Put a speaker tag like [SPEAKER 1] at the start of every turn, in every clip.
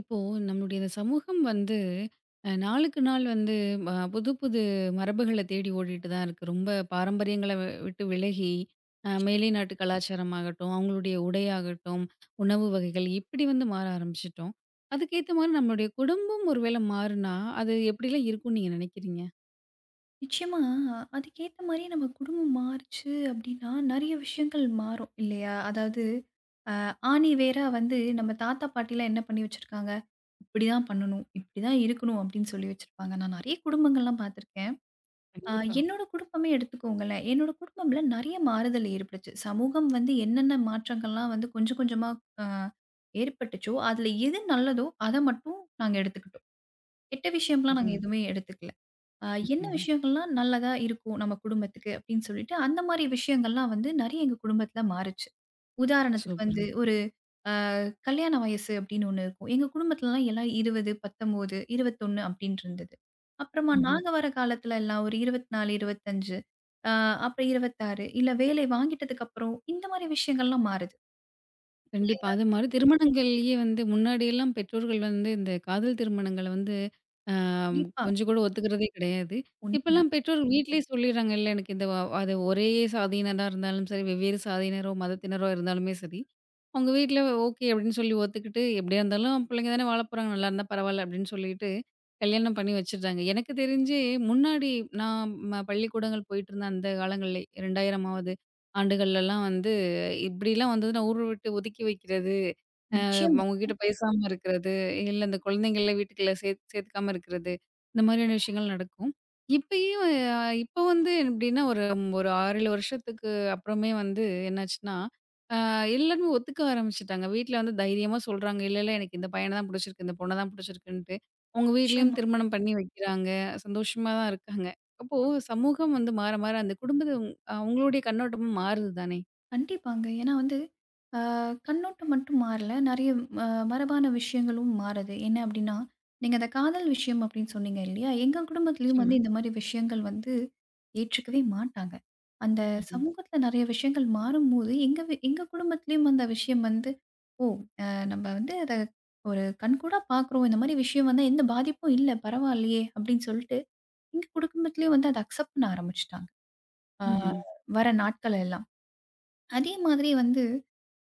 [SPEAKER 1] இப்போ நம்மளுடைய இந்த சமூகம் வந்து நாளுக்கு நாள் வந்து புது புது மரபுகளை தேடி ஓடிட்டு தான் இருக்கு ரொம்ப பாரம்பரியங்களை விட்டு விலகி மேலை
[SPEAKER 2] நிச்சயமா.
[SPEAKER 1] நாட்டு கலாச்சாரமாகட்டும் அவங்களுடைய உடையாகட்டும் உணவு வகைகள் இப்படி வந்து மாற ஆரம்பிச்சிட்டோம். அதுக்கேற்ற மாதிரி நம்மளுடைய குடும்பம் ஒருவேளை மாறுனா அது எப்படிலாம் இருக்கும்னு நீங்க நினைக்கிறீங்க?
[SPEAKER 2] நிச்சயமா அதுக்கேத்த மாரியே நம்ம குடும்பம் மாறுச்சு அப்டின்னா, நெறைய விஷயங்கள் மாறும் இல்லையா? அதாவது ஆணி வேரா வந்து நம்ம தாத்தா பாட்டிலாம் என்ன பண்ணி வச்சிருக்காங்க, "இப்படிதான் பண்ணணும், இப்படிதான் இருக்கணும்" அப்படின்னு சொல்லி வச்சிருப்பாங்க. நான் நெறைய குடும்பங்கள்லாம் பார்த்துருக்கேன். அ
[SPEAKER 1] கண்டிப்பா.
[SPEAKER 2] என்னோட குடும்பமே எடுத்துக்கோங்களேன். என்னோட குடும்பம்ல நெறைய மாறுதல் ஏற்பட்டுச்சு. சமூகம் வந்து என்னென்ன மாற்றங்கள்லாம் வந்து கொஞ்சம் கொஞ்சமா அ ஏற்பட்டுச்சோ, அதுல எது நல்லதோ அத மட்டும் நாங்க எடுத்துக்கிட்டோம். கெட்ட விஷயம்லாம் நாங்க
[SPEAKER 1] அருமை.
[SPEAKER 2] எதுவுமே எடுத்துக்கல. அ என்ன
[SPEAKER 1] ம்ஹும்.
[SPEAKER 2] விஷயங்கள்லாம் நல்லதா இருக்கும் நம்ம குடும்பத்துக்கு அப்படின்னு சொல்லிட்டு, அந்த மாரி விஷயங்கள்லாம் வந்து நெறைய எங்க குடும்பத்தில மாறுச்சு. உதாரணத்துக்கு வந்து
[SPEAKER 1] சூப்பருங்க.
[SPEAKER 2] ஒரு கல்யாண வயசு அப்படின்னு ஒண்ணு இருக்கும். எங்க குடும்பத்துலலாம் எல்லாம் 20, 19, 21 அப்படின்னு இருந்தது. அப்புறமா நாங்க வர காலத்துல எல்லாம் ஒரு 24, 25 அ அப்புறம் 26 இல்ல வேலை வாங்கிட்டதுக்கு அப்புறம் இந்த மாரி விஷயங்கள்லாம் மாறுது.
[SPEAKER 1] கண்டிப்பா.
[SPEAKER 2] இல்லையா?
[SPEAKER 1] அது மாரி திருமணங்கள்லயே வந்து முன்னாடியெல்லாம் பெற்றோர்கள் வந்து இந்த காதல் திருமணங்கள வந்து அ
[SPEAKER 2] கண்டிப்பா.
[SPEAKER 1] கொஞ்சம் கூட ஒத்துக்கிறதே கிடையாது.
[SPEAKER 2] உண்மையா.
[SPEAKER 1] இப்பல்லாம் பெற்றோர் வீட்லயே சொல்லிர்றாங்க, "இல்ல எனக்கு இந்த அது ஒரே சாதியினரா இருந்தாலும் சரி, வெவ்வேறு சாதியினரோ, மதத்தினரோ இருந்தாலுமே சரி, அவங்க வீட்ல ஓகே" அப்படின்னு சொல்லி ஒத்துக்கிட்டு, "எப்படியா இருந்தாலும் பிள்ளைங்க தானே வாழப் போறாங்க, நல்லா இருந்தா பரவால்ல" அப்படின்னு சொல்லிட்டு கல்யாணம் பண்ணி வச்சுடுறாங்க. எனக்கு தெரிஞ்சு முன்னாடி நான் பள்ளிக்கூடங்கள் போயிட்டு இருந்த அந்த காலங்கள்ல 2000வது ஆண்டுகள்லலாம் வந்து இப்படிலாம் வந்ததுன்னா ஊர விட்டு ஒதுக்கி வைக்கிறது,
[SPEAKER 2] நிச்சயமா,
[SPEAKER 1] அவங்ககிட்ட பேசாம இருக்கிறது, இல்ல இந்த குழந்தைங்கள வீட்டுக்குள்ள சேர்த்துக்காம இருக்கிறது, இந்த மாதிரியான விஷயங்கள் நடக்கும். இப்பயும் இப்ப வந்து எப்படின்னா ஒரு ஒரு 6, 7 வருஷத்துக்கு அப்புறமே வந்து என்னாச்சுன்னா, அ எல்லாருமே ஒத்துக்க ஆரம்பிச்சுட்டாங்க. வீட்ல வந்து தைரியமா சொல்றாங்க, "இல்ல, இல்ல எனக்கு இந்த பையன தான் பிடிச்சிருக்கு, இந்த பொண்ண தான் பிடிச்சிருக்குன்ட்டு." அவங்க வீட்லயும்
[SPEAKER 2] நிச்சயமா.
[SPEAKER 1] திருமணம் பண்ணி வைக்கிறாங்க, சந்தோஷமா தான் இருக்காங்க. அப்போ சமூகம் வந்து மாற, மாற அந்த குடும்பத்த அவங்களுடைய கண்ணோட்டமும் மாறுது தானே?
[SPEAKER 2] கண்டிப்பாங்க. ஏன்னா வந்து, ஆ கண்ணோட்டம் மட்டும் மாறல. நெறைய அ மரபான விஷயங்களும் மாறுது. என்ன அப்டின்னா, நீங்க அந்த காதல் விஷயம் அப்டின்னு சொன்னீங்க இல்லையா? எங்க குடும்பத்திலயும்
[SPEAKER 1] நிச்சயமா.
[SPEAKER 2] வந்து இந்த மாரி விஷயங்கள் வந்து ஏற்றுக்கவே மாட்டாங்க. அந்த
[SPEAKER 1] ம்ஹ்ம்.
[SPEAKER 2] சமூகத்தில நெறைய விஷயங்கள் மாறும்போது, எங்க குடும்பத்திலயும் அந்த விஷயம் வந்து, "ஓ! அ நம்ம வந்து அத ஒரு கண்கூடா பார்க்குறோம். இந்த மாரி விஷயம் வந்தா எந்த பாதிப்பும் இல்ல. பரவாயில்லையே!" அப்டின்னு சொல்ட்டு, எங்க குடும்பத்திலயும் வந்து அத அக்செப்ட் பண்ண ஆரம்பிச்சுட்டாங்க. ஆ
[SPEAKER 1] ம்ஹ்ம்.
[SPEAKER 2] வர நாட்கள் எல்லாம். அதே மாதிரி வந்து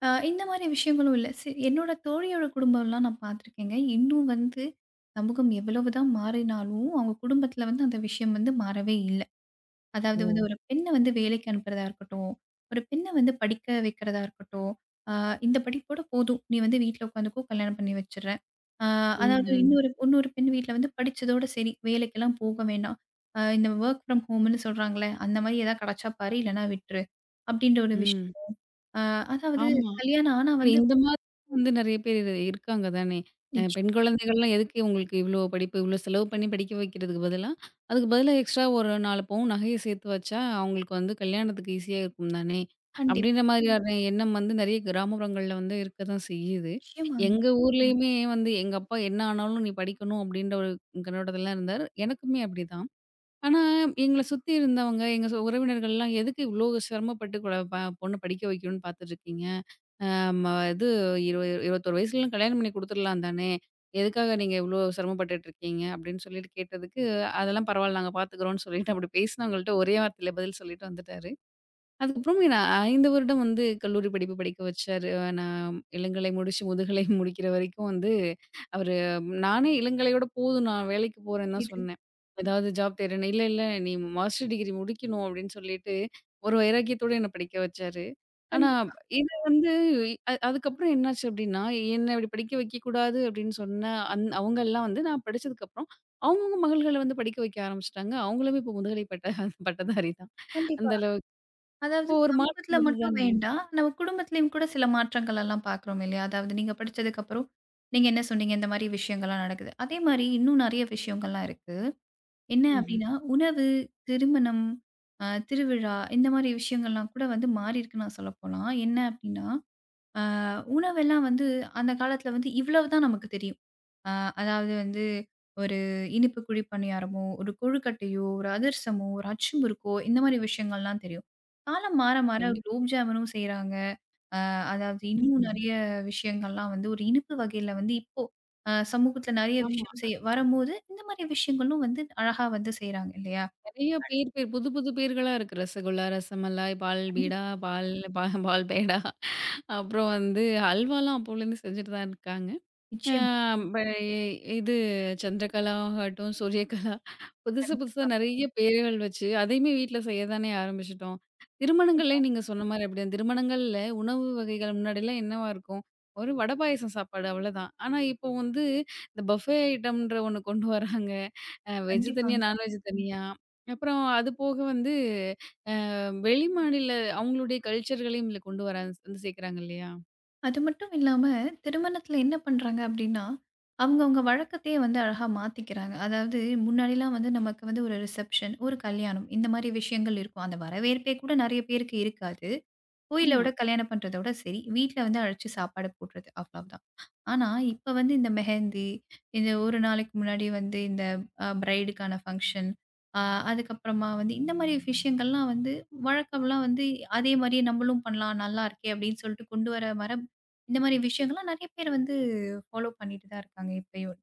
[SPEAKER 2] இந்த மாரி விஷயங்களும் இல்ல. என்னோட தோழியோட குடும்பம்லாம் நான் பார்த்துருக்கேங்க. இன்னும் வந்து சமூகம் எவ்வளவு தான் மாறினாலும், அவங்க குடும்பத்தில வந்து அந்த விஷயம் வந்து மாறவே இல்ல. அதாவது
[SPEAKER 1] ஓ!
[SPEAKER 2] வந்து ஒரு பெண்ண வந்து வேலைக்கு அனுப்புறதா இருக்கட்டும், ஒரு பெண்ண வந்து படிக்க வைக்கிறதா இருக்கட்டும், அ இந்த படிப்போட போதும். நீ வந்து வீட்ல உட்காந்துக்கோ கல்யாணம் பண்ணி வச்சுர்றேன். அ அதாவது
[SPEAKER 1] ம்ஹ்ம்.
[SPEAKER 2] இன்னொரு இன்னொரு பெண் வீட்ல வந்து படிச்சதோட சரி. வேலைக்கெல்லாம் போக வேணாம். இந்த வொர்க் ஃப்ரம் ஹோம்ன்னு சொல்றாங்கல்ல, அந்த மாரி ஏதாவது கிடைச்சா பாரு, இல்லன்னா விட்டுரு. அப்படின்ற ஒரு விஷயம்.
[SPEAKER 1] ம்.
[SPEAKER 2] ஆ அதாவது
[SPEAKER 1] ஆமா.
[SPEAKER 2] கல்யாணம் ஆனா
[SPEAKER 1] இப்ப
[SPEAKER 2] வந்து
[SPEAKER 1] இந்த மாதிரி வந்து நெறைய பேர் இருக்காங்க தானே!
[SPEAKER 2] நிச்சயம்
[SPEAKER 1] பெண் குழந்தைகள்லாம் எதுக்கு உங்களுக்கு இவ்ளோ படிப்பு, இவ்ளோ செலவு பண்ணி படிக்க வைக்கிறதுக்கு பதுலா, அதுக்கு பதிலா எக்ஸ்ட்ரா ஒரு 4 பவுன் நகைய சேர்த்து வச்சா, அவங்களுக்கு வந்து கல்யாணத்துக்கு ஈஸியா இருக்கும் தானே!
[SPEAKER 2] கண்டிப்பா.
[SPEAKER 1] அப்படின்ற மாதிரியான எண்ணம் வந்து நெறைய கிராமப்புறங்கள்ல வந்து இருக்க தான் செய்யுது.
[SPEAKER 2] நிச்சயமாங்க.
[SPEAKER 1] எங்க ஊர்லயுமே வந்து எங்க அப்பா என்ன ஆனாலும் நீ படிக்கணும் அப்படின்ற ஒரு கண்ணோட்டத்துல இருந்தாரு. எனக்குமே அப்படிதான். ஆனா, எங்கள சுத்தி இருந்தவங்க, எங்க உறவினர்கள்லாம் எதுக்கு இவ்ளோ சிரமப்பட்டு கூட பொண்ண படிக்க வைக்கணும்னு பாத்துட்டுருக்கீங்க? ம இது இரு 21 வயசுலலாம் கல்யாணம் பண்ணி குடுத்துடலாம் தானே! எதுக்காக நீங்க இவ்ளோ சிரமப்பட்டுட்டுருக்கீங்க? அப்படின்னு சொல்லிட்டு கேட்டதுக்கு, அதெல்லாம் பரவால்ல நாங்க பாத்துக்கிறோம்ன்னு சொல்லிட்டு அப்படி பேசினவங்கள்ட்ட ஒரே வார்த்தையில பதில் சொல்லிட்டு வந்துட்டாரு. அதுக்கப்புறம் என்ன 5 வருடம் வந்து கல்லூரி படிப்பு படிக்க வச்சாரு. நான் இளங்கலை முடிச்சு, முதுகலை முடிக்கிற வரைக்கும் வந்து அவரு நானே இளங்கலையோட போதும் நான் வேலைக்கு போறேன்னு தான்
[SPEAKER 2] புரியுது.
[SPEAKER 1] சொன்னேன். ஏதாவது ஜாப் தேடுன்னு. "இல்ல, இல்ல நீ மாஸ்டர் டிகிரி முடிக்கணும்" அப்படின்னு சொல்லிட்டு ஒரு வைராக்கியத்தோட என்ன படிக்க வச்சாரு. ஆனா
[SPEAKER 2] கண்டிப்பா,
[SPEAKER 1] இது வந்து அதுக்கப்புறம் என்னாச்சு அப்படின்னா, என்ன இப்படி படிக்க வைக்கக்கூடாது அப்படின்னு சொன்ன அவங்கலாம் வந்து நான் படிச்சதுக்கப்புறம் அவங்கவங்க மகள்கள வந்து படிக்க வைக்க ஆரம்பிச்சுட்டாங்க. அவங்களுமே இப்போ முதுகலை பட்டதாரி தான். அந்த
[SPEAKER 2] கண்டிப்பா.
[SPEAKER 1] அளவுக்கு
[SPEAKER 2] அதாவது
[SPEAKER 1] இப்போ ஒரு மாற்றம்
[SPEAKER 2] சமூகத்துல
[SPEAKER 1] வருது
[SPEAKER 2] மட்டும்
[SPEAKER 1] தானே!
[SPEAKER 2] வேண்டாம். நம்ம குடும்பத்திலயும் கூட சில மாற்றங்கள் எல்லாம் பார்க்குறோம் இல்லையா? அதாவது நீங்க படிச்சதுக்கு அப்புறம், நீங்க என்ன சொன்னீங்க? இந்த மாரி விஷயங்கள்லாம் நடக்குது. அதே மாரி இன்னும் நெறைய விஷயங்கள்லாம் இருக்கு. என்ன
[SPEAKER 1] ம்ஹ்ம்.
[SPEAKER 2] அப்டின்னா, உணவு, திருமணம், திருவிழா இந்த மாரி விஷயங்கள்லாம் கூட வந்து மாறியிருக்குன்னு நான் சொல்லப்போலாம். என்ன அப்டின்னா ஆ உணவெல்லாம் வந்து அந்த காலத்தில வந்து இவ்வளவு தான் நமக்கு தெரியும். ஆ அதாவது வந்து ஒரு இனிப்பு குழி பணியாரமோ, ஒரு கொழுக்கட்டையோ, ஒரு அதிரசமோ, ஒரு அச்சு முறுக்கோ இந்த மாரி விஷயங்கள்லாம் தெரியும். காலம் மாற மாற
[SPEAKER 1] கண்டிப்பா.
[SPEAKER 2] குலோப் ஜாமுனும் செய்றாங்க. அதாவது இன்னும்
[SPEAKER 1] ம்ஹ்ம்.
[SPEAKER 2] நெறைய விஷயங்கள்லாம் வந்து ஒரு இனிப்பு வகையில வந்து இப்போ சமூகத்தில நெறைய
[SPEAKER 1] ஆமா.
[SPEAKER 2] விஷயம் செய்ய வரும்போது, இந்த மாரி விஷயங்களும் வந்து அழகா வந்து செய்றாங்க இல்லையா?
[SPEAKER 1] நெறைய பேர் பேர் புது புது பேர்களா இருக்கு. ரசகுல்லா, ரசமலாய், பால் பீடா,
[SPEAKER 2] கண்டிப்பா.
[SPEAKER 1] பால் பேடா. அப்புறம் வந்து ஹல்வாலாம் அப்போலேருந்து செஞ்சுட்டு தான் இருக்காங்க. ஆ
[SPEAKER 2] நிச்சயமா.
[SPEAKER 1] ப இ இது சந்திரகலா ஆகட்டும், சூரியகலா புதுசு புதுசா
[SPEAKER 2] கண்டிப்பா,
[SPEAKER 1] நெறைய பேர்கள் வச்சு, அதையுமே வீட்ல செய்ய தானே ஆரம்பிச்சுட்டோம்.
[SPEAKER 2] கண்டிப்பா,
[SPEAKER 1] திருமணங்கள்லயும் நீங்க சொன்ன மாரி அப்படிதான். திருமணங்கள்ல உணவு வகைகள் முன்னாடிலாம் என்னவா இருக்கும்? ஒரு வடை, பாயாசம் சாப்பாடு அவ்வளோதான். ஆனா இப்போ வந்து இந்த பஃபே ஐட்டம்ன்ற ஒண்ணு கொண்டு வராங்க. வெஜ் தனியா,
[SPEAKER 2] கண்டிப்பாங்க.
[SPEAKER 1] நான்வெஜ் தனியா. அப்புறம் அது போக வந்து வெளிமாநில அவங்களுடைய கல்ச்சர்களையும் இதுல கொண்டு வர வந்து சேர்க்கிறாங்க இல்லையா?
[SPEAKER 2] அது மட்டும் இல்லாம, திருமணத்தில என்ன பண்றாங்க அப்டின்னா, அவங்கவங்க வழக்கத்தையே வந்து அழகா மாத்திக்கிறாங்க. அதாவது முன்னாடிலாம் வந்து நமக்கு வந்து ஒரு ரிசப்ஷன், ஒரு கல்யாணம் இந்த மாரி விஷயங்கள் இருக்கும். அந்த வரவேற்பே கூட நெறைய பேருக்கு இருக்காது.
[SPEAKER 1] ஆமா.
[SPEAKER 2] கோயிலோட கல்யாணம் பண்றதோட சரி, வீட்ல வந்து அழைச்சு சாப்பாடு போடுறது அவ்வளவுதான். ஆனா, இப்ப வந்து இந்த மெஹந்தி, இந்த ஒரு நாளைக்கு முன்னாடி வந்து இந்த பிரைடுக்கான ஃபங்ஷன், அ அதுக்கப்புறமா வந்து இந்த மாரி விஷயங்கள்லாம் வந்து வழக்கம்லாம் வந்து அதே மாரியே நம்மளும் பண்ணலாம், நல்லா இருக்கே அப்படின்னு சொல்லிட்டு கொண்டு வர வர, இந்த மாரி விஷயங்கள்லாம் நெறைய பேர் வந்து ஃபாலோ பண்ணிட்டு தான் இருக்காங்க இப்பயும்.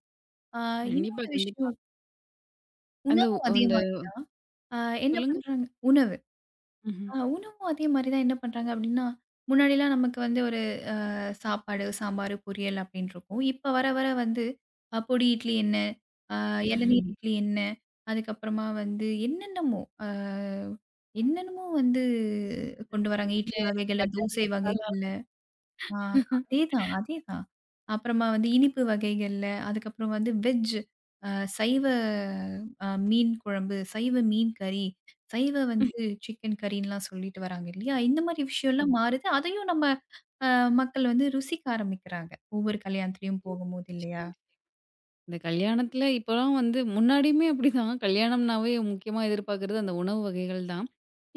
[SPEAKER 2] ஆ
[SPEAKER 1] கண்டிப்பா,
[SPEAKER 2] இன்னொரு
[SPEAKER 1] கண்டிப்பா.
[SPEAKER 2] விஷயம்,
[SPEAKER 1] அந்த
[SPEAKER 2] உணவும் அதே
[SPEAKER 1] அந்த
[SPEAKER 2] மாரி தான். அ என்ன
[SPEAKER 1] சொல்லுங்க.
[SPEAKER 2] பண்றாங்க உணவு.
[SPEAKER 1] ம்ஹ்ம்.
[SPEAKER 2] உணவும் அதே மாரி தான் என்ன பண்றாங்க அப்படின்னா, முன்னாடிலாம் நமக்கு வந்து சாப்பாடு, சாம்பார், பொரியல் அப்படின்னு இருக்கும். இப்ப வர வர வந்து பொடி இட்லி என்ன? அ இளநீர் இட்லி என்ன? அதுக்கப்புறமா வந்து என்னென்னமோ வந்து கொண்டு வராங்க.
[SPEAKER 1] அந்த
[SPEAKER 2] இட்லி வகைகள்ல,
[SPEAKER 1] பட்டர்
[SPEAKER 2] தோசை
[SPEAKER 1] மசாலா.
[SPEAKER 2] வகைகள்ல. ஆ அதேதான், அதேதான். அப்புறமா வந்து இனிப்பு வகைகள்ல, அதுக்கப்புறம் வந்து வெஜ் அ சைவ மீன் குழம்பு, சைவ மீன் கறி, சைவ வந்து சிக்கன் கறின்லாம் சொல்லிட்டு வராங்க இல்லையா? இந்த மாரி விஷயம்லாம் மாறுது. அதையும் நம்ம அ மக்கள் வந்து ருசிக்க ஆரம்பிக்கிறாங்க. ஒவ்வொரு கல்யாணத்துலயும் போகும்போது இல்லையா?
[SPEAKER 1] இந்த கல்யாணத்துல இப்பலாம் வந்து முன்னாடியுமே அப்படிதான். கல்யாணம்னாவே முக்கியமா எதிர்பார்க்கிறது அந்த உணவு வகைகள் தான்.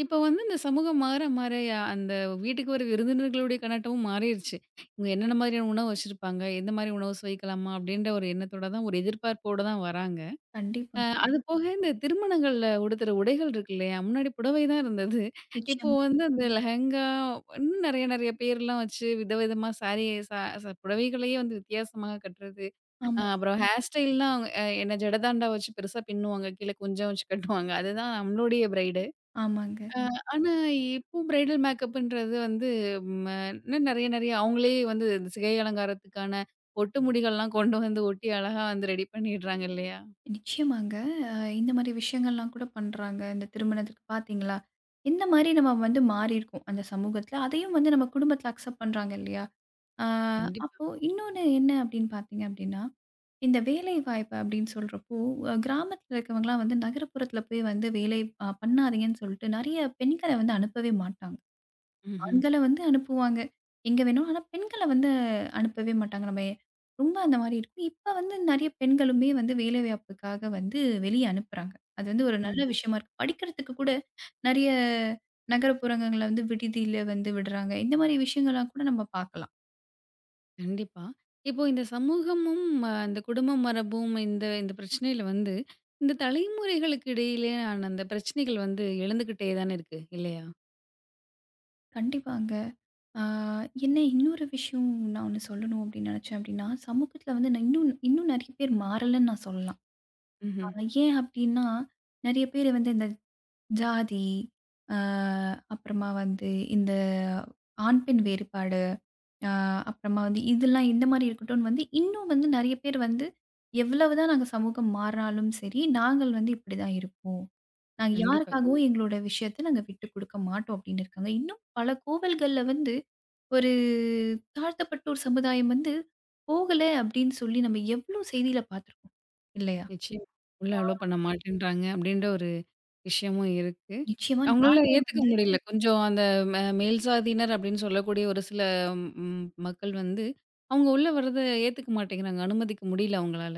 [SPEAKER 1] இப்போ வந்து இந்த சமூகம் மாற மாற அந்த வீட்டுக்கு வர விருந்தினர்களுடைய கண்ணாட்டமும் மாறிருச்சு. இவங்க என்னென்ன மாதிரியான உணவு வச்சிருப்பாங்க? எந்த மாதிரி உணவு சுவைக்கலாமா? அப்படின்ற ஒரு எண்ணத்தோட தான் ஒரு எதிர்பார்ப்போட தான் வராங்க.
[SPEAKER 2] கண்டிப்பா.
[SPEAKER 1] அது போக இந்த திருமணங்கள்ல உடுத்துற உடைகள் இருக்கு இல்லையா? முன்னாடி புடவை தான் இருந்தது. இப்போ
[SPEAKER 2] நிச்சயமா.
[SPEAKER 1] வந்து அந்த லெஹெங்கா இன்னும் நெறைய நெறைய பேர்லாம் வச்சு விதவிதமா சாரி ச ச புடவைகளையே வந்து வித்தியாசமா கட்டுறது.
[SPEAKER 2] ஆமா,
[SPEAKER 1] அப்புறம் ஹேர் ஸ்டைல்லாம் என்ன ஜடதாண்டா வச்சு பெருசா பின்னுவாங்க. கீழ கொஞ்சம் வச்சு கட்டுவாங்க. அதுதான் நம்மளுடைய பிரைடு.
[SPEAKER 2] ஆமாங்க.
[SPEAKER 1] ஆனா இப்போ பிரைடல் மேக்கப்ன்றது வந்து ம இன்னும் நெறைய நெறைய அவங்களே வந்து இந்த சிகை அலங்காரத்துக்கான ஒட்டு முடிகள்லாம் கொண்டு வந்து ஒட்டி அழகா வந்து ரெடி பண்ணிடுறாங்க இல்லையா?
[SPEAKER 2] நிச்சயமாங்க. அ இந்த மாரி விஷயங்கள்லாம் கூட பண்றாங்க. இந்த திருமணத்துக்கு பார்த்தீங்களா? எந்த மாரி நம்ம வந்து மாறியிருக்கோம் அந்த சமூகத்துல. அதையும் வந்து நம்ம குடும்பத்துல அக்செப்ட் பண்றாங்க இல்லையா? அ
[SPEAKER 1] கண்டிப்பா.
[SPEAKER 2] அப்போ இன்னொன்னு என்ன அப்படின்னு பார்த்தீங்க அப்படின்னா, இந்த வேலை வாய்ப்பு அப்படின்னு சொல்றப்போ, கிராமத்துல இருக்கவங்கலாம் வந்து நகரப்புறத்துல போய் வந்து வேலை பண்ணாதீங்கன்னு சொல்லிட்டு நெறைய பெண்கள வந்து அனுப்பவே மாட்டாங்க.
[SPEAKER 1] ம்ஹ்ம்.
[SPEAKER 2] ஆண்கள வந்து அனுப்புவாங்க. எங்க வேணும். ஆனா பெண்கள வந்து அனுப்பவே மாட்டாங்க. நம்ம ரொம்ப அந்த மாரி இருக்கும். இப்ப வந்து நெறைய பெண்களுமே வந்து வேலைவாய்ப்புக்காக வந்து வெளிய அனுப்புறாங்க. அது வந்து ஒரு நல்ல
[SPEAKER 1] ம்.
[SPEAKER 2] விஷயமா இருக்கு. படிக்கிறதுக்கு கூட நெறைய நகரப்புறங்கள்ல வந்து விடுதியில வந்து விடுறாங்க. இந்த மாரி விஷயங்கள்லாம் கூட நம்ம பார்க்கலாம்.
[SPEAKER 1] கண்டிப்பா. இப்போ இந்த சமூகமும், அந்த குடும்ப மரபும் இந்த இந்த பிரச்சனையில வந்து, இந்த தலைமுறைகளுக்கு இடையிலேயான அந்த பிரச்சனைகள் வந்து எழுந்துக்கிட்டே தானே இருக்கு. இல்லையா?
[SPEAKER 2] கண்டிப்பாங்க. ஆ என்ன இன்னொரு விஷயம் நான் ஒண்ணு சொல்லணும் அப்படின்னு நெனச்சேன் அப்படின்னா, சமூகத்துல வந்து நான் இன்னும் இன்னும் நெறைய பேர் மாறலன்னு நான் சொல்லலாம். அ
[SPEAKER 1] ம்ஹ்ம்.
[SPEAKER 2] ஏன் அப்படின்னா, நெறைய பேர் வந்து இந்த ஜாதி, அ அப்புறமா வந்து இந்த ஆண், பெண் வேறுபாடு, அ அப்புறமா வந்து இதெல்லாம் இந்த மாரி இருக்கட்டும்னு வந்து இன்னும் வந்து நெறைய பேர் வந்து, எவ்வளவுதான் நாங்க சமூகம் மாறினாலும் சரி, நாங்கள் வந்து இப்படிதான் இருப்போம். நாங்க
[SPEAKER 1] கண்டிப்பா.
[SPEAKER 2] யாருக்காகவும் எங்களோட விஷயத்த நாங்க விட்டுக் குடுக்க மாட்டோம் அப்படின்னு இருக்காங்க. இன்னும் பல கோவில்கள்ல வந்து ஒரு தாழ்த்தப்பட்டோர் சமுதாயம் வந்து போகல அப்படின்னு சொல்லி நம்ம எவ்வளோ செய்தியில பார்த்துருக்கோம். இல்லையா?
[SPEAKER 1] நிச்சயமா. உள்ள அலோ பண்ண மாட்டேன்றாங்க அப்படின்ற ஒரு விஷயமும் இருக்கு. ம்.
[SPEAKER 2] நிச்சயமா
[SPEAKER 1] அவங்களால
[SPEAKER 2] நானே
[SPEAKER 1] ஏத்துக்க
[SPEAKER 2] வந்து
[SPEAKER 1] முடியல. கொஞ்சம் அந்த மேல் சாதியினர் அப்படின்னு சொல்லக்கூடிய ஒரு சில மக்கள் வந்து, அவங்க உள்ள வர்றத ஏத்துக்க மாட்டேங்கிறாங்க. அனுமதிக்க முடியல அவங்களால.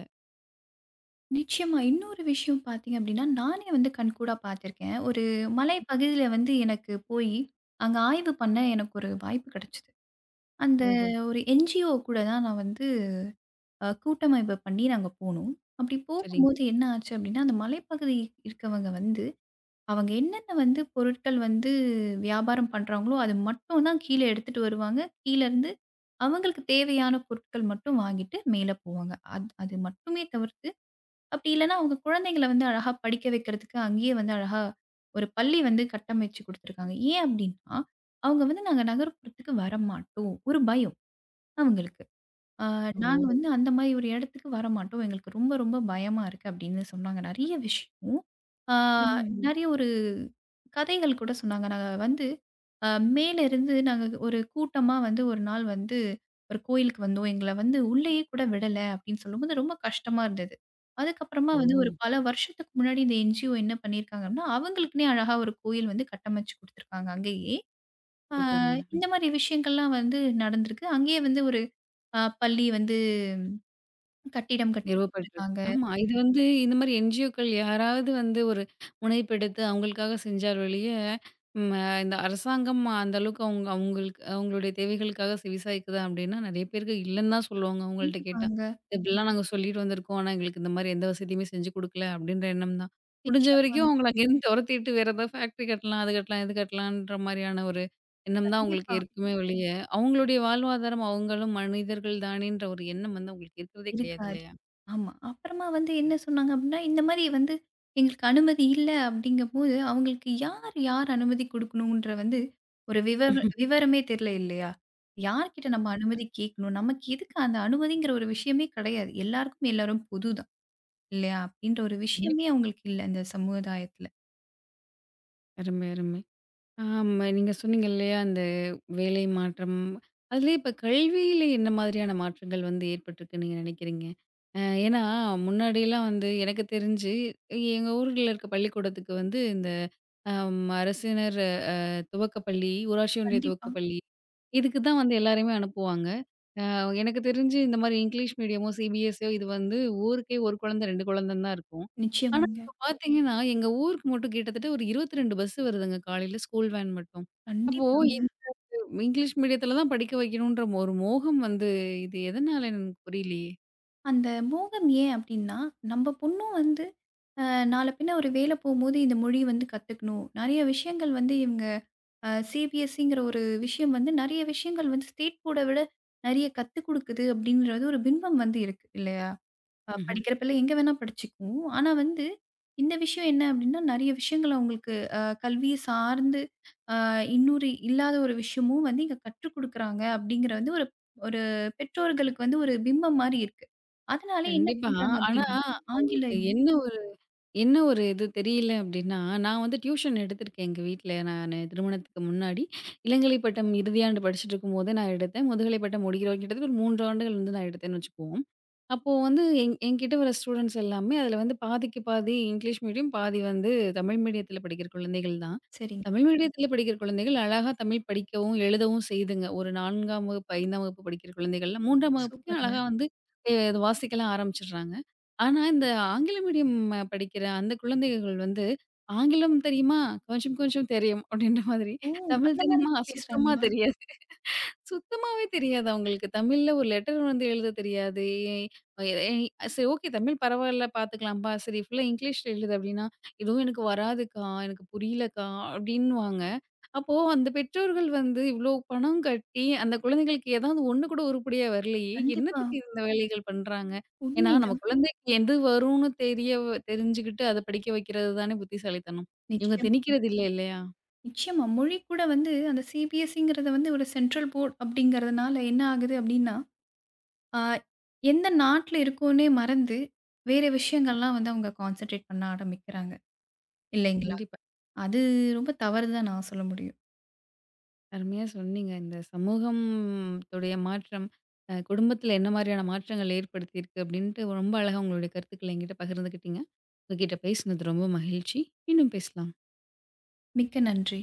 [SPEAKER 2] நிச்சயமா. இன்னொரு விஷயம் பார்த்தீங்க அப்படின்னா, நானே வந்து கண்கூடா பார்த்துருக்கேன். ஒரு மலை பகுதியில வந்து எனக்கு போயி, அங்க ஆய்வு பண்ண எனக்கு ஒரு வாய்ப்பு கிடைச்சது. அந்த
[SPEAKER 1] ஓஹோ!
[SPEAKER 2] ஒரு என்ஜிஓ கூட தான் நான் வந்து கூட்டமைப்பு பண்ணி நாங்க போனோம். அப்படி
[SPEAKER 1] சரிங்க.
[SPEAKER 2] போகும்போது என்ன ஆச்சு அப்படின்னா, அந்த மலைப்பகுதி இருக்கவங்க வந்து, அவங்க என்னென்ன வந்து பொருட்கள் வந்து வியாபாரம் பண்றாங்களோ, அது மட்டும் தான் கீழ எடுத்துட்டு வருவாங்க. கீழருந்து அவங்களுக்கு தேவையான பொருட்கள் மட்டும் வாங்கிட்டு மேல போவாங்க. அது அது மட்டுமே தவிர்த்து அப்படி இல்லைன்னா, அவங்க குழந்தைங்கள வந்து அழகா படிக்க வைக்கிறதுக்கு அங்கேயே வந்து அழகா ஒரு பள்ளி வந்து கட்டமைச்சு குடுத்துருக்காங்க. ஏன் அப்படின்னா, அவங்க வந்து நாங்க நகர்ப்புறத்துக்கு வரமாட்டோம். ஒரு பயம் அவங்களுக்கு. ஆ நாங்க
[SPEAKER 1] ஓ!
[SPEAKER 2] வந்து அந்த மாரி ஒரு இடத்துக்கு வரமாட்டோம். எங்களுக்கு ரொம்ப, ரொம்ப பயமா இருக்கு அப்படின்னு சொன்னாங்க. நெறைய விஷயம். ஆ
[SPEAKER 1] ம்.
[SPEAKER 2] நெறைய ஒரு கதைகள் கூட சொன்னாங்க. நாங்க வந்து அ மேல இருந்து நாங்க ஒரு கூட்டமா வந்து ஒரு நாள் வந்து ஒரு கோயிலுக்கு வந்தோம். எங்கள வந்து உள்ளேயே கூட விடல அப்படின்னு சொல்லும்போது ரொம்ப கஷ்டமா இருந்தது. அதுக்கப்புறமா
[SPEAKER 1] ஓ!
[SPEAKER 2] வந்து ஒரு பல வருஷத்துக்கு முன்னாடி இந்த என்ஜிஓ என்ன பண்ணியிருக்காங்க அப்படின்னா, அவங்களுக்குன்னே அழகா ஒரு கோயில் வந்து கட்டமைச்சு குடுத்துருக்காங்க அங்கேயே. ஆ
[SPEAKER 1] சூப்பருங்க.
[SPEAKER 2] இந்த மாரி விஷயங்கள்லாம் வந்து நடந்திருக்கு. அங்கேயே வந்து ஒரு பள்ளி வந்து கட்டிடம்
[SPEAKER 1] நிறுவப்பட்டிருக்கு.
[SPEAKER 2] கட்டியிருக்காங்க.
[SPEAKER 1] ஆமா. இது வந்து இந்த மாரி என்ஜிஓக்கள் யாராவது வந்து ஒரு முனைப்பெடுத்து அவங்களுக்காக செஞ்சால் ஒழிய, ம் அ இந்த அரசாங்கம் அந்த அளவுக்கு அவங்க அவங்களுக்கு அவங்களுடைய தேவைகளுக்காக செவிசாய்க்குதா அப்படின்னா, நெறைய பேருக்கு இல்லன்னு தான் சொல்லுவாங்க அவங்கள்ட்ட கேட்டா.
[SPEAKER 2] கண்டிப்பாங்க.
[SPEAKER 1] "இப்படிலாம் நாங்க சொல்லிட்டு வந்திருக்கோம். ஆனா எங்களுக்கு இந்த மாரி எந்த வசதியுமே செஞ்சு குடுக்கல." அப்படின்ற எண்ணம் தான். முடிஞ்ச வரைக்கும்
[SPEAKER 2] நிச்சயமாங்க.
[SPEAKER 1] அவங்கள அங்கேருந்து தொரத்திட்டு வேற ஏதாவது ஃபேக்டரி கட்டலாம், அது கட்டலாம், இது கட்டலான்ற மாரியான ஒரு எண்ணம் தான் அவங்களுக்கு
[SPEAKER 2] கண்டிப்பா.
[SPEAKER 1] இருக்குமே ஒழிய, அவங்களுடைய வாழ்வாதாரம் அவங்களும் மனிதர்கள் தானேன்ற ஒரு எண்ணம் வந்து அவங்களுக்கு இருக்கிறதே கிடையாது
[SPEAKER 2] இருக்காது.
[SPEAKER 1] இல்லையா?
[SPEAKER 2] ஆமா. அப்புறமா வந்து என்ன சொன்னாங்க அப்டின்னா, இந்த மாரி வந்து எங்களுக்கு அனுமதி இல்ல அப்டிங்கும்போது, அவங்களுக்கு யார் யார் அனுமதி குடுக்கணுன்ற வந்து ஒரு விவரமே தெரியல இல்லையா? யார்கிட்ட நம்ம
[SPEAKER 1] கண்டிப்பா,
[SPEAKER 2] அனுமதி கேட்கணும்? நமக்கு எதுக்கு அந்த அனுமதிங்கிற ஒரு விஷயமே கிடையாது. எல்லாருக்கும் எல்லாரும் பொது தான் இல்லையா? அப்டின்ற ஒரு விஷயமே
[SPEAKER 1] கண்டிப்பா.
[SPEAKER 2] அவங்களுக்கு இல்ல இந்த சமுதாயத்துல.
[SPEAKER 1] அருமை, அருமை. ஆமா, நீங்க சொன்னீங்க இல்லையா? அந்த வேலை மாற்றம். அதுலயே இப்ப கல்வியில என்ன மாதிரியான மாற்றங்கள் வந்து ஏற்பட்டிருக்குன்னு நீங்க நினைக்கிறீங்க? அ ஏன்னா, முன்னாடிலாம் வந்து எனக்கு தெரிஞ்சு எங்க ஊர்ல இருக்க பள்ளிக்கூடத்துக்கு வந்து இந்த அரசினர் துவக்கப்பள்ளி, ஊராட்சி ஒன்றிய
[SPEAKER 2] கண்டிப்பா.
[SPEAKER 1] துவக்கப்பள்ளி. இதுக்கு தான் வந்து எல்லாரையுமே அனுப்புவாங்க. அ எனக்கு தெரிஞ்சு இந்த மாரி இங்கிலீஷ் மீடியமோ, சிபிஎஸ்சியோ இது வந்து ஊருக்கே 1 குழந்தை, 2 குழந்தைன்னு தான் இருக்கும். ஆனா,
[SPEAKER 2] நிச்சயமாங்க.
[SPEAKER 1] இப்ப பார்த்தீங்கன்னா, எங்க ஊருக்கு மட்டும் கிட்டத்தட்ட ஒரு 22 பஸ் வருதுங்க காலையில ஸ்கூல் வேன் மட்டும். அப்போ
[SPEAKER 2] கண்டிப்பா.
[SPEAKER 1] இந்த இங்கிலீஷ் மீடியத்தில தான் படிக்க வைக்கணுன்ற ஒரு மோகம் வந்து இது எதனால எனக்கு புரியலையே.
[SPEAKER 2] அந்த மோகம் ஏன் அப்டின்னா, நம்ம பொண்ணும் வந்து அ நாள பின்ன ஒரு வேல போம்போது இந்த மொழி வந்து கத்துக்கணும். நெறைய விஷயங்கள் வந்து இவங்க சிபிஎஸ்சிங்கிற ஒரு விஷயம் வந்து நெறைய விஷயங்கள் வந்து ஸ்டேட் போர்ட விட நெறைய கத்துக் குடுக்குது அப்டின்றது ஒரு பின்பம் வந்து இருக்கு இல்லையா?
[SPEAKER 1] ம்ஹ்ம்.
[SPEAKER 2] படிக்கிற பிள்ளை எங்க வேணா படிச்சுக்கும். ஆனா வந்து இந்த விஷயம் என்ன அப்டின்னா, நெறைய விஷயங்கள் அவங்களுக்கு கல்விய சார்ந்து இன்னொரு இல்லாத ஒரு விஷயமும் வந்து இங்க கற்றுக் குடுக்குறாங்க அப்படிங்கிற வந்து ஒரு ஒரு பெற்றோர்களுக்கு வந்து ஒரு பிம்பம் மாரி இருக்கு. அதனால என்ன
[SPEAKER 1] கண்டிப்பா.
[SPEAKER 2] பண்றாங்க
[SPEAKER 1] ஆனா,
[SPEAKER 2] அப்படின்னா, ஆங்கில
[SPEAKER 1] அவங்களுக்கு
[SPEAKER 2] இது
[SPEAKER 1] என்ன என்ன ஒரு இது தெரியல அப்டின்னா, நான் வந்து டியூஷன் எடுத்திருக்கேன் எங்க வீட்ல. நானு திருமணத்துக்கு முன்னாடி இளங்கலை பட்டம் இறுதியாண்டு படிச்சுட்டுருக்கும்போதே நான் எடுத்தேன். முதுகலை பட்டம் முடிக்கிற வரைக்கும் கிட்டத்தட்ட ஒரு 3 ஆண்டுகள் வந்து நான் எடுத்தேன்னு வச்சுக்குவோம். அப்போ வந்து என்கிட்ட வர ஸ்டூடெண்ட்ஸ் எல்லாமே அதில வந்து பாதிக்கு பாதி இங்கிலீஷ் மீடியம், பாதி வந்து தமிழ் மீடியத்தில படிக்கிற குழந்தைகள் தான்.
[SPEAKER 2] சரிங்க.
[SPEAKER 1] தமிழ் மீடியத்தில படிக்கிற குழந்தைகள் அழகா தமிழ் படிக்கவும், எழுதவும் செய்துங்க. ஒரு 4ஆம் வகுப்பு, 5ஆம் வகுப்பு படிக்கிற குழந்தைகள்லாம் 3ஆம் வகுப்புக்கே
[SPEAKER 2] சூப்பருங்க.
[SPEAKER 1] அழகா வந்து எ வாசிக்கலாம் ஆரம்பிச்சுடுறாங்க. ஆனா, இந்த ஆங்கில மீடியம் படிக்கிற அந்த குழந்தைகள் வந்து, ஆங்கிலம் தெரியுமா? கொஞ்சம் கொஞ்சம் தெரியும். அப்படின்ற மாதிரி.
[SPEAKER 2] ஓ!
[SPEAKER 1] தமிழ்
[SPEAKER 2] அந்த மாரி
[SPEAKER 1] தெரியுமா?
[SPEAKER 2] தான்
[SPEAKER 1] சுத்தமா
[SPEAKER 2] பேசுறாங்களா?
[SPEAKER 1] தெரியாது. சுத்தமாவே தெரியாதா உங்களுக்கு? தமிழ்ல ஒரு லெட்டர் வந்து எழுத தெரியாது. எ எ சரி ஓகே தமிழ் பரவால்ல பார்த்துக்கலாம்ப்பா. சரி ஃபுல்லா இங்கிலீஷ்ல எழுது அப்டின்னா, "இதுவும் எனக்கு வராதுக்கா, எனக்கு புரியலக்கா" அப்டின்னுவாங்க. அப்போ அந்த பெற்றோர்கள் வந்து இவ்ளோ பணம் கட்டி அந்த குழந்தைகளுக்கு ஏதாவது ஒண்ணு கூட உருப்படியா வரலையே!
[SPEAKER 2] கண்டிப்பா.
[SPEAKER 1] என்னத்துக்கு இந்த வேலைகள் பண்றாங்க? ஏன்னா நம்ம
[SPEAKER 2] உண்மைதான்.
[SPEAKER 1] குழந்தைக்கு எது வரும்னு தெரிஞ்சுகிட்டு அத படிக்க வைக்கிறது தானே புத்திசாலித்தனம். இவங்க
[SPEAKER 2] நிச்சயமா,
[SPEAKER 1] திணிக்கிறது இல்ல இல்லையா?
[SPEAKER 2] நிச்சயமா. மொழி கூட வந்து அந்த சிபிஎஸ்இங்கிறத வந்து ஒரு சென்ட்ரல் போர்ட் அப்படிங்கிறதுனால என்ன ஆகுது அப்படின்னா, அ எந்த நாட்ல இருக்கோன்னே மறந்து, வேற விஷயங்கள்லாம் வந்து அவங்க கான்சன்ட்ரேட் பண்ண ஆரம்பிக்கிறாங்க. இல்லைங்களா?
[SPEAKER 1] கண்டிப்பா.
[SPEAKER 2] அது ரொம்ப தவறு தான் நான் சொல்ல முடியும்.
[SPEAKER 1] அருமையா சொன்னீங்க. இந்த சமூகம்த்துடைய மாற்றம், குடும்பத்தில என்ன மாரியான மாற்றங்கள் ஏற்படுத்தியிருக்கு அப்படின்ட்டு ரொம்ப அழகா உங்களுடைய கருத்துக்கள என்கிட்ட பகிர்ந்துக்கிட்டீங்க. உங்ககிட்ட பேசினது ரொம்ப மகிழ்ச்சி. மீண்டும் பேசலாம்.
[SPEAKER 2] மிக்க நன்றி.